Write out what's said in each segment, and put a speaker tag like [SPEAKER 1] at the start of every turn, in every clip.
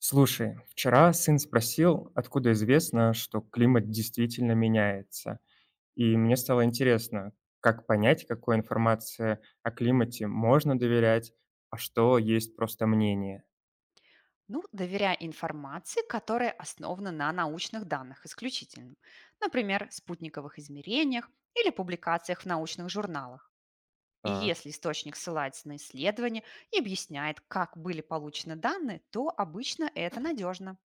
[SPEAKER 1] Слушай, вчера сын спросил, откуда известно, что климат действительно меняется. И мне стало интересно, как понять, какой информации о климате можно доверять, а что есть просто мнение.
[SPEAKER 2] Ну, доверяя информации, которая основана на научных данных исключительно, например, спутниковых измерениях или публикациях в научных журналах. И
[SPEAKER 1] Так,
[SPEAKER 2] если источник ссылается на исследования и объясняет, как были получены данные, то обычно это надежно.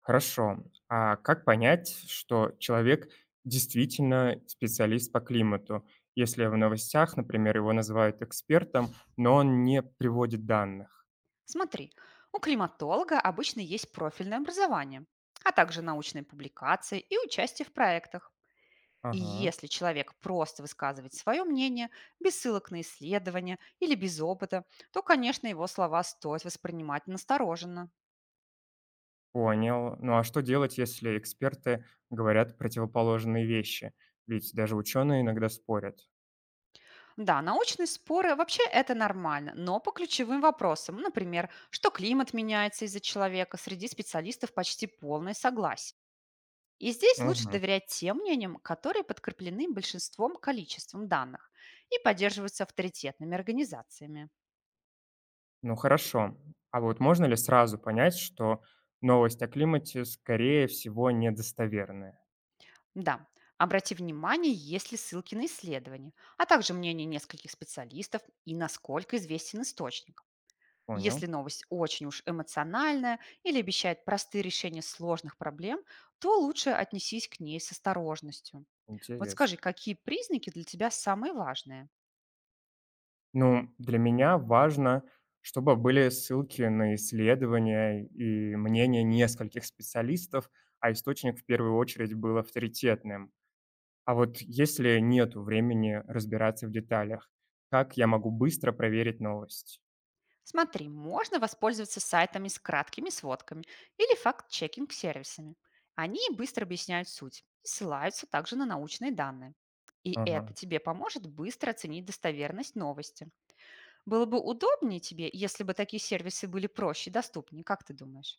[SPEAKER 1] хорошо. А как понять, что человек действительно специалист по климату, если в новостях, например, его называют экспертом, но он не приводит данных?
[SPEAKER 2] Смотри, у климатолога обычно есть профильное образование, а также научные публикации и участие в проектах. И
[SPEAKER 1] Ага.
[SPEAKER 2] если человек просто высказывает свое мнение, без ссылок на исследования или без опыта, то, конечно, его слова стоит воспринимать настороженно.
[SPEAKER 1] Понял. Ну а что делать, если эксперты говорят противоположные вещи? Ведь даже ученые иногда спорят.
[SPEAKER 2] Да, научные споры вообще это нормально, но по ключевым вопросам, например, что климат меняется из-за человека, среди специалистов почти полное согласие. И здесь лучше
[SPEAKER 1] Мгм.
[SPEAKER 2] доверять тем мнениям, которые подкреплены большинством количеством данных и поддерживаются авторитетными организациями.
[SPEAKER 1] Ну хорошо. А вот можно ли сразу понять, что новость о климате, скорее всего, недостоверная?
[SPEAKER 2] Да, обрати внимание, есть ли ссылки на исследования, а также мнение нескольких специалистов и насколько известен источник.
[SPEAKER 1] Понял.
[SPEAKER 2] Если новость очень уж эмоциональная или обещает простые решения сложных проблем, то лучше отнесись к ней с осторожностью. Вот
[SPEAKER 1] Интересно.
[SPEAKER 2] скажи, какие признаки для тебя самые важные?
[SPEAKER 1] Ну, для меня важно, чтобы были ссылки на исследования и мнения нескольких специалистов, а источник в первую очередь был авторитетным. А вот если нет времени разбираться в деталях, как я могу быстро проверить новость?
[SPEAKER 2] Смотри, можно воспользоваться сайтами с краткими сводками или факт-чекинг-сервисами. Они быстро объясняют суть и ссылаются также на научные данные. И это
[SPEAKER 1] Ага.
[SPEAKER 2] тебе поможет быстро оценить достоверность новости. Было бы удобнее тебе, если бы такие сервисы были проще и доступнее, как ты думаешь?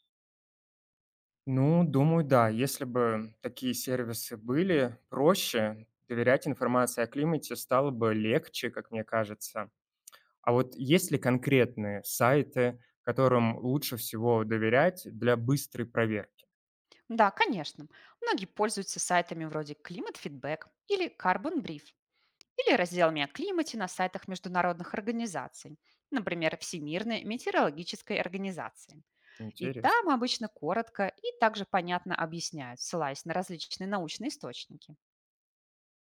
[SPEAKER 1] Ну, думаю, да. Если бы такие сервисы были проще, доверять информации о климате стало бы легче, как мне кажется. А вот есть ли конкретные сайты, которым лучше всего доверять для быстрой проверки?
[SPEAKER 2] Да, конечно. Многие пользуются сайтами вроде Climate Feedback или Carbon Brief, или разделами о климате на сайтах международных организаций, например, Всемирной метеорологической организации. И там
[SPEAKER 1] Интересно.
[SPEAKER 2] обычно коротко и также понятно объясняют, ссылаясь на различные научные источники.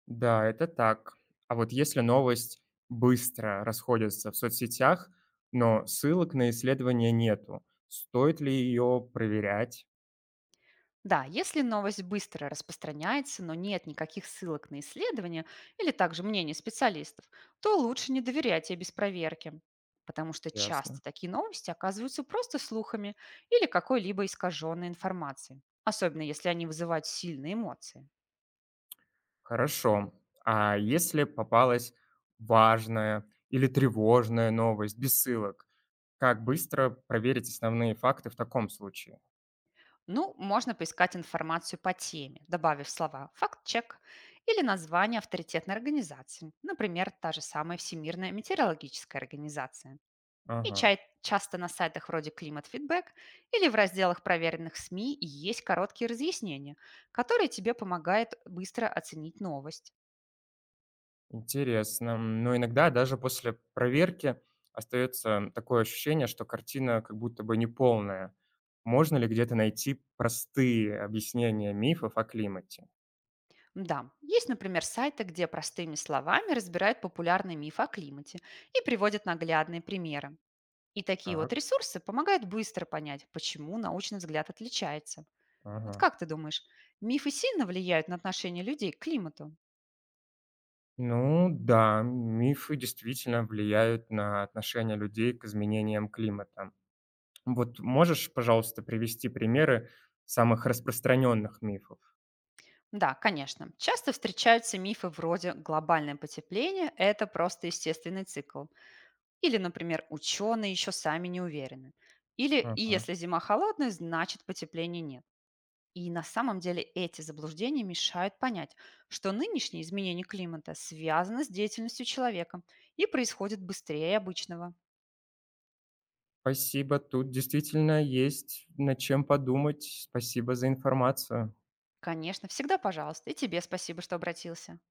[SPEAKER 1] Да, это так. А вот если новость быстро расходится в соцсетях, но ссылок на исследование нету, стоит ли ее проверять?
[SPEAKER 2] Да, если новость быстро распространяется, но нет никаких ссылок на исследования или также мнений специалистов, то лучше не доверять ей без проверки, потому что часто
[SPEAKER 1] Ясно.
[SPEAKER 2] такие новости оказываются просто слухами или какой-либо искаженной информацией, особенно если они вызывают сильные эмоции.
[SPEAKER 1] Хорошо. А если попалась важная или тревожная новость без ссылок, как быстро проверить основные факты в таком случае?
[SPEAKER 2] Ну, можно поискать информацию по теме, добавив слова «факт-чек» или название авторитетной организации, например, та же самая Всемирная метеорологическая организация. И
[SPEAKER 1] Ага.
[SPEAKER 2] часто на сайтах вроде «Климат Фидбэк» или в разделах проверенных СМИ есть короткие разъяснения, которые тебе помогают быстро оценить новость.
[SPEAKER 1] Интересно. Но иногда даже после проверки остается такое ощущение, что картина как будто бы неполная. Можно ли где-то найти простые объяснения мифов о климате?
[SPEAKER 2] Да, есть, например, сайты, где простыми словами разбирают популярные мифы о климате и приводят наглядные примеры. И такие вот
[SPEAKER 1] Так,
[SPEAKER 2] ресурсы помогают быстро понять, почему научный взгляд отличается. Вот
[SPEAKER 1] ага.
[SPEAKER 2] как ты думаешь, мифы сильно влияют на отношение людей к климату?
[SPEAKER 1] Ну да, мифы действительно влияют на отношение людей к изменениям климата. Вот можешь, пожалуйста, привести примеры самых распространенных мифов?
[SPEAKER 2] Да, конечно. Часто встречаются мифы вроде «глобальное потепление– это просто естественный цикл». Или, например, «ученые еще сами не уверены». Или «и
[SPEAKER 1] Ага.
[SPEAKER 2] если зима холодная, значит потепления нет». И на самом деле эти заблуждения мешают понять, что нынешние изменения климата связаны с деятельностью человека и происходят быстрее обычного.
[SPEAKER 1] Спасибо, тут действительно есть над чем подумать. Спасибо за информацию.
[SPEAKER 2] Конечно, всегда пожалуйста. И тебе спасибо, что обратился.